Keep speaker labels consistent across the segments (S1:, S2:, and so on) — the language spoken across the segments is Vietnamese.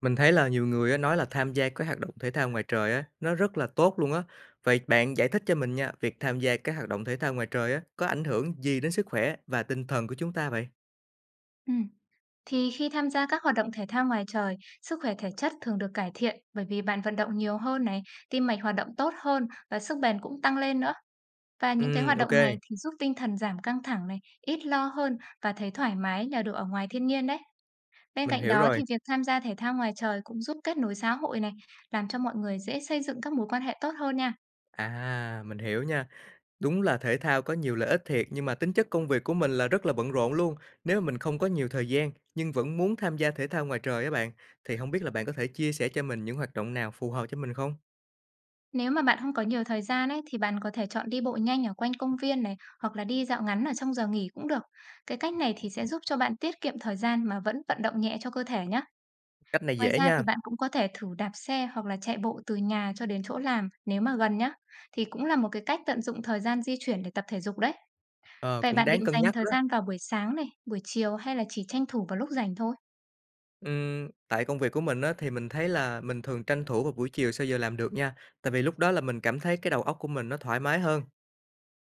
S1: Mình thấy là nhiều người á nói là tham gia cái hoạt động thể thao ngoài trời á, nó rất là tốt luôn á. Vậy bạn giải thích cho mình nha, việc tham gia các hoạt động thể thao ngoài trời á, có ảnh hưởng gì đến sức khỏe và tinh thần của chúng ta vậy?
S2: Ừm. Thì khi tham gia các hoạt động thể thao ngoài trời, sức khỏe thể chất thường được cải thiện bởi vì bạn vận động nhiều hơn này, tim mạch hoạt động tốt hơn và sức bền cũng tăng lên nữa. Và những cái hoạt động
S1: OK,
S2: này thì giúp tinh thần giảm căng thẳng này, ít lo hơn và thấy thoải mái nhờ được ở ngoài thiên nhiên đấy. Bên
S1: mình
S2: cạnh
S1: hiểu
S2: đó
S1: rồi.
S2: thì việc tham gia thể thao ngoài trời cũng giúp kết nối xã hội này, làm cho mọi người dễ xây dựng các mối quan hệ tốt hơn nha.
S1: À, mình hiểu nha. Đúng là thể thao có nhiều lợi ích thiệt nhưng mà tính chất công việc của mình là rất là bận rộn luôn. Nếu mình không có nhiều thời gian nhưng vẫn muốn tham gia thể thao ngoài trời á bạn, thì không biết là bạn có thể chia sẻ cho mình những hoạt động nào phù hợp cho mình không?
S2: Nếu mà bạn không có nhiều thời gian ấy thì bạn có thể chọn đi bộ nhanh ở quanh công viên này, hoặc là đi dạo ngắn ở trong giờ nghỉ cũng được. Cái cách này thì sẽ giúp cho bạn tiết kiệm thời gian mà vẫn vận động nhẹ cho cơ thể nhé.
S1: Cách này
S2: Ngoài
S1: dễ
S2: ra thì
S1: nha.
S2: bạn cũng có thể thử đạp xe hoặc là chạy bộ từ nhà cho đến chỗ làm nếu mà gần nhé. Thì cũng là một cái cách tận dụng thời gian di chuyển để tập thể dục đấy.
S1: Ờ,
S2: Vậy
S1: cũng
S2: bạn
S1: đáng
S2: định
S1: cân
S2: dành
S1: nhắc
S2: thời
S1: đó.
S2: gian vào buổi sáng này, buổi chiều, hay là chỉ tranh thủ vào lúc rảnh thôi?
S1: Tại công việc của mình á, thì mình thấy là mình thường tranh thủ vào buổi chiều sau giờ làm được nha, tại vì lúc đó là mình cảm thấy cái đầu óc của mình nó thoải mái hơn.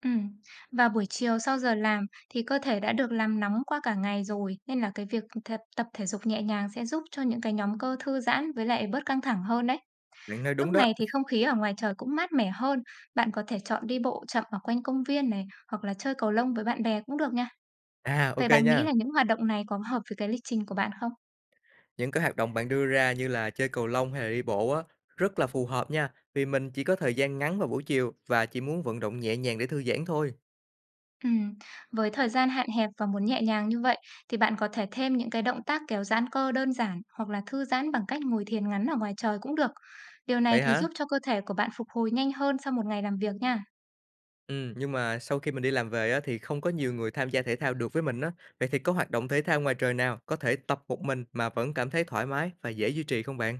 S2: Ừm, và buổi chiều sau giờ làm thì cơ thể đã được làm nóng qua cả ngày rồi, nên là cái việc tập tập thể dục nhẹ nhàng sẽ giúp cho những cái nhóm cơ thư giãn với lại bớt căng thẳng hơn đấy.
S1: Bạn nói
S2: Lúc
S1: đúng đó.
S2: này thì không khí ở ngoài trời cũng mát mẻ hơn, bạn có thể chọn đi bộ chậm ở quanh công viên này, hoặc là chơi cầu lông với bạn bè cũng được nha.
S1: À, ô
S2: Vậy bạn nghĩ
S1: nha.
S2: là những hoạt động này có hợp với cái lịch trình của bạn không?
S1: Những cái hoạt động bạn đưa ra như là chơi cầu lông hay là đi bộ á, rất là phù hợp nha, vì mình chỉ có thời gian ngắn vào buổi chiều và chỉ muốn vận động nhẹ nhàng để thư giãn thôi.
S2: Ừm, với thời gian hạn hẹp và muốn nhẹ nhàng như vậy thì bạn có thể thêm những cái động tác kéo giãn cơ đơn giản, hoặc là thư giãn bằng cách ngồi thiền ngắn ở ngoài trời cũng được. Điều này
S1: Vậy
S2: thì
S1: hả?
S2: giúp cho cơ thể của bạn phục hồi nhanh hơn sau một ngày làm việc nha.
S1: Nhưng mà sau khi mình đi làm về á, thì không có nhiều người tham gia thể thao được với mình á. Vậy thì có hoạt động thể thao ngoài trời nào có thể tập một mình mà vẫn cảm thấy thoải mái và dễ duy trì không bạn?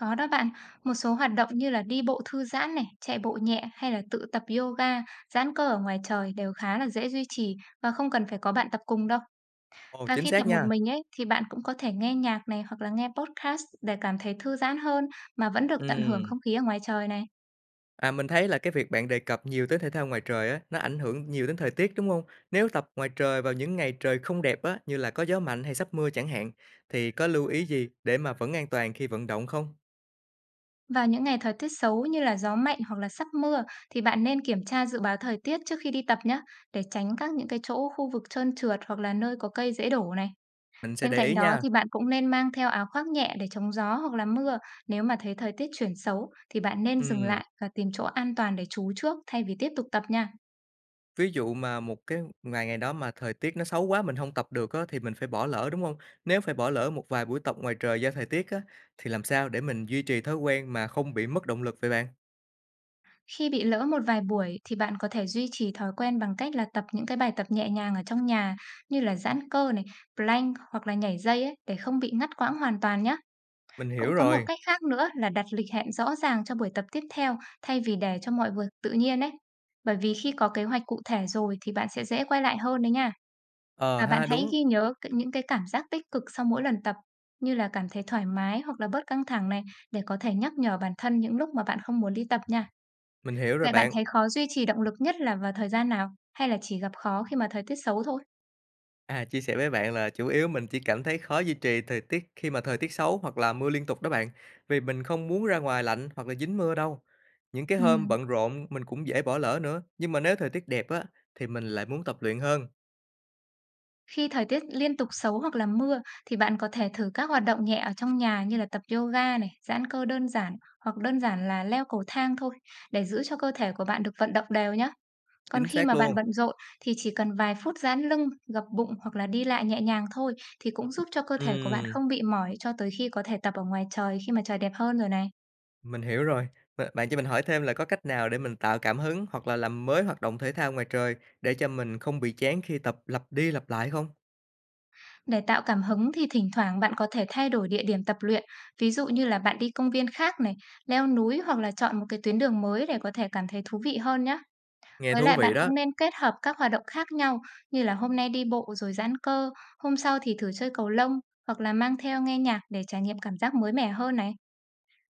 S2: Có đó bạn, một số hoạt động như là đi bộ thư giãn này, chạy bộ nhẹ hay là tự tập yoga, giãn cơ ở ngoài trời đều khá là dễ duy trì và không cần phải có bạn tập cùng đâu.
S1: Ồ,
S2: Và
S1: chính
S2: khi
S1: xác
S2: tập một
S1: nha.
S2: mình ấy thì bạn cũng có thể nghe nhạc này, hoặc là nghe podcast để cảm thấy thư giãn hơn mà vẫn được tận hưởng
S1: Ừm.
S2: không khí ở ngoài trời này.
S1: À, mình thấy là cái việc bạn đề cập nhiều tới thể thao ngoài trời á, nó ảnh hưởng nhiều đến thời tiết, đúng không? Nếu tập ngoài trời vào những ngày trời không đẹp á, như là có gió mạnh hay sắp mưa chẳng hạn, thì có lưu ý gì để mà vẫn an toàn khi vận động không?
S2: Vào những ngày thời tiết xấu như là gió mạnh hoặc là sắp mưa, thì bạn nên kiểm tra dự báo thời tiết trước khi đi tập nhé, để tránh những cái khu vực trơn trượt hoặc là nơi có cây dễ đổ này.
S1: Mình sẽ
S2: Bên
S1: để
S2: cạnh
S1: ý
S2: đó
S1: nha.
S2: thì bạn cũng nên mang theo áo khoác nhẹ để chống gió hoặc là mưa. Nếu mà thấy thời tiết chuyển xấu thì bạn nên dừng
S1: Ừm,
S2: lại và tìm chỗ an toàn để trú trước, thay vì tiếp tục tập nha.
S1: ví dụ mà một cái ngày ngày đó mà thời tiết nó xấu quá mình không tập được á, thì mình phải bỏ lỡ, đúng không? Nếu phải bỏ lỡ một vài buổi tập ngoài trời do thời tiết á, thì làm sao để mình duy trì thói quen mà không bị mất động lực vậy bạn?
S2: Khi bị lỡ một vài buổi thì bạn có thể duy trì thói quen bằng cách là tập những cái bài tập nhẹ nhàng ở trong nhà, như là giãn cơ này, plank hoặc là nhảy dây ấy, để không bị ngắt quãng hoàn toàn nhé.
S1: Mình
S2: Cũng
S1: hiểu
S2: có một
S1: rồi.
S2: cách khác nữa là đặt lịch hẹn rõ ràng cho buổi tập tiếp theo, thay vì để cho mọi việc tự nhiên ấy. Bởi vì khi có kế hoạch cụ thể rồi thì bạn sẽ dễ quay lại hơn đấy nha.
S1: Ờ
S2: Và bạn
S1: ha,
S2: hãy
S1: đúng,
S2: ghi nhớ những cái cảm giác tích cực sau mỗi lần tập, như là cảm thấy thoải mái hoặc là bớt căng thẳng này, để có thể nhắc nhở bản thân những lúc mà bạn không muốn đi tập nha.
S1: mình hiểu rồi
S2: Vậy bạn
S1: bạn.
S2: thấy khó duy trì động lực nhất là vào thời gian nào, hay là chỉ gặp khó khi mà thời tiết xấu thôi?
S1: À, chia sẻ với bạn là chủ yếu mình chỉ cảm thấy khó duy trì thời tiết khi mà thời tiết xấu hoặc là mưa liên tục đó bạn, vì mình không muốn ra ngoài lạnh hoặc là dính mưa đâu. Những cái
S2: Ừ.
S1: hôm bận rộn mình cũng dễ bỏ lỡ nữa, nhưng mà nếu thời tiết đẹp á thì mình lại muốn tập luyện hơn,
S2: Khi thời tiết liên tục xấu hoặc là mưa, thì bạn có thể thử các hoạt động nhẹ ở trong nhà như là tập yoga này, giãn cơ đơn giản, hoặc đơn giản là leo cầu thang thôi, để giữ cho cơ thể của bạn được vận động đều nhé. Còn
S1: chính
S2: khi
S1: xác
S2: mà bạn
S1: luôn.
S2: bận rộn thì chỉ cần vài phút giãn lưng, gập bụng hoặc là đi lại nhẹ nhàng thôi, thì cũng giúp cho cơ thể của bạn
S1: Ừm,
S2: không bị mỏi cho tới khi có thể tập ở ngoài trời khi mà trời đẹp hơn rồi này.
S1: mình hiểu rồi. Bạn cho mình hỏi thêm là có cách nào để mình tạo cảm hứng hoặc là làm mới hoạt động thể thao ngoài trời để cho mình không bị chán khi tập lặp đi lặp lại không?
S2: Để tạo cảm hứng thì thỉnh thoảng bạn có thể thay đổi địa điểm tập luyện, ví dụ như là bạn đi công viên khác này, leo núi, hoặc là chọn một cái tuyến đường mới để có thể cảm thấy thú vị hơn nhé.
S1: Nghe
S2: Với
S1: thú
S2: lại bạn
S1: vị đó.
S2: cũng nên kết hợp các hoạt động khác nhau, như là hôm nay đi bộ rồi giãn cơ, hôm sau thì thử chơi cầu lông, hoặc là mang theo nghe nhạc để trải nghiệm cảm giác mới mẻ hơn này.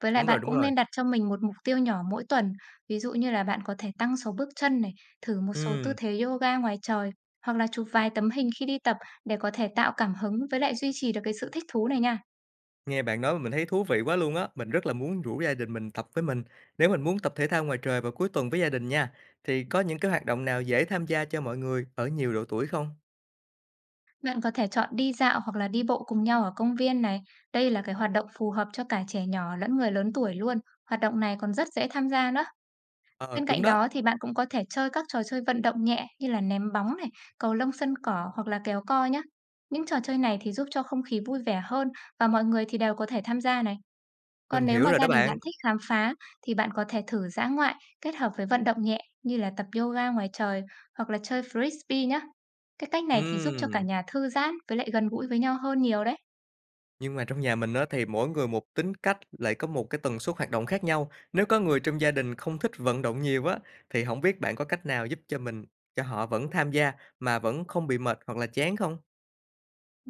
S2: Với lại
S1: Đúng rồi,
S2: bạn
S1: đúng
S2: cũng
S1: rồi.
S2: nên đặt cho mình một mục tiêu nhỏ mỗi tuần, ví dụ như là bạn có thể tăng số bước chân này, thử một số tư
S1: Ừm.
S2: thế yoga ngoài trời, hoặc là chụp vài tấm hình khi đi tập, để có thể tạo cảm hứng với lại duy trì được cái sự thích thú này nha.
S1: Nghe bạn nói mà mình thấy thú vị quá luôn á, mình rất là muốn rủ gia đình mình tập với mình. Nếu mình muốn tập thể thao ngoài trời vào cuối tuần với gia đình nha, thì có những cái hoạt động nào dễ tham gia cho mọi người ở nhiều độ tuổi không?
S2: Bạn có thể chọn đi dạo hoặc là đi bộ cùng nhau ở công viên này. Đây là cái hoạt động phù hợp cho cả trẻ nhỏ lẫn người lớn tuổi luôn. Hoạt động này còn rất dễ tham gia nữa.
S1: Ờ,
S2: Bên
S1: đúng
S2: cạnh
S1: đó,
S2: đó thì bạn cũng có thể chơi các trò chơi vận động nhẹ, như là ném bóng này, cầu lông sân cỏ hoặc là kéo co nhá. Những trò chơi này thì giúp cho không khí vui vẻ hơn, và mọi người thì đều có thể tham gia này.
S1: mình
S2: Còn nếu
S1: hiểu
S2: mà
S1: rồi đó
S2: gia đình
S1: bạn.
S2: bạn thích khám phá, thì bạn có thể thử dã ngoại kết hợp với vận động nhẹ, như là tập yoga ngoài trời hoặc là chơi frisbee nhá. Cái cách này thì giúp cho cả
S1: Ừm,
S2: nhà thư giãn với lại gần gũi với nhau hơn nhiều đấy.
S1: nhưng mà trong nhà mình á thì mỗi người một tính cách lại có một cái tần suất hoạt động khác nhau. Nếu có người trong gia đình không thích vận động nhiều á, thì không biết bạn có cách nào giúp cho mình, cho họ vẫn tham gia mà vẫn không bị mệt hoặc là chán không?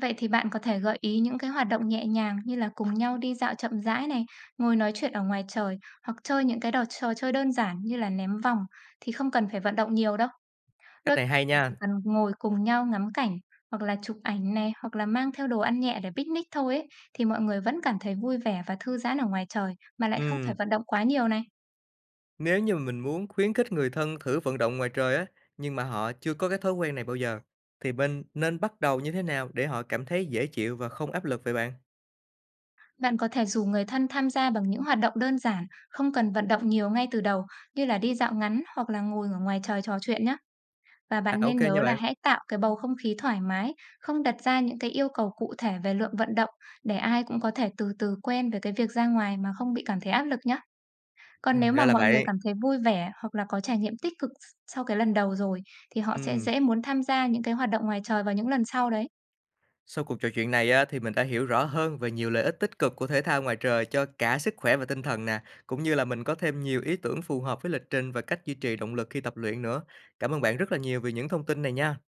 S2: Vậy thì bạn có thể gợi ý những cái hoạt động nhẹ nhàng, như là cùng nhau đi dạo chậm rãi này, ngồi nói chuyện ở ngoài trời, hoặc chơi những cái trò chơi đơn giản như là ném vòng, thì không cần phải vận động nhiều đâu.
S1: Cách
S2: Đôi
S1: này hay
S2: khi chỉ
S1: nha.
S2: cần ngồi cùng nhau ngắm cảnh, hoặc là chụp ảnh này, hoặc là mang theo đồ ăn nhẹ để picnic thôi ấy, thì mọi người vẫn cảm thấy vui vẻ và thư giãn ở ngoài trời mà lại không phải vận động quá nhiều này.
S1: Nếu như mà mình muốn khuyến khích người thân thử vận động ngoài trời á, nhưng mà họ chưa có cái thói quen này bao giờ, thì mình nên bắt đầu như thế nào để họ cảm thấy dễ chịu và không áp lực vậy bạn?
S2: Bạn có thể rủ người thân tham gia bằng những hoạt động đơn giản, không cần vận động nhiều ngay từ đầu, như là đi dạo ngắn hoặc là ngồi ở ngoài trời trò chuyện nhé. Và
S1: À,
S2: bạn nên
S1: OK nha
S2: nhớ là
S1: bạn.
S2: hãy tạo cái bầu không khí thoải mái, không đặt ra những cái yêu cầu cụ thể về lượng vận động, để ai cũng có thể từ từ quen với cái việc ra ngoài mà không bị cảm thấy áp lực nhé. Còn nếu mà
S1: Ra là
S2: mọi người
S1: vậy.
S2: cảm thấy vui vẻ hoặc là có trải nghiệm tích cực sau cái lần đầu rồi, thì họ sẽ
S1: Ừm,
S2: dễ muốn tham gia những cái hoạt động ngoài trời vào những lần sau đấy.
S1: sau cuộc trò chuyện này á, thì mình đã hiểu rõ hơn về nhiều lợi ích tích cực của thể thao ngoài trời cho cả sức khỏe và tinh thần nè, cũng như là mình có thêm nhiều ý tưởng phù hợp với lịch trình và cách duy trì động lực khi tập luyện nữa. Cảm ơn bạn rất là nhiều vì những thông tin này nha.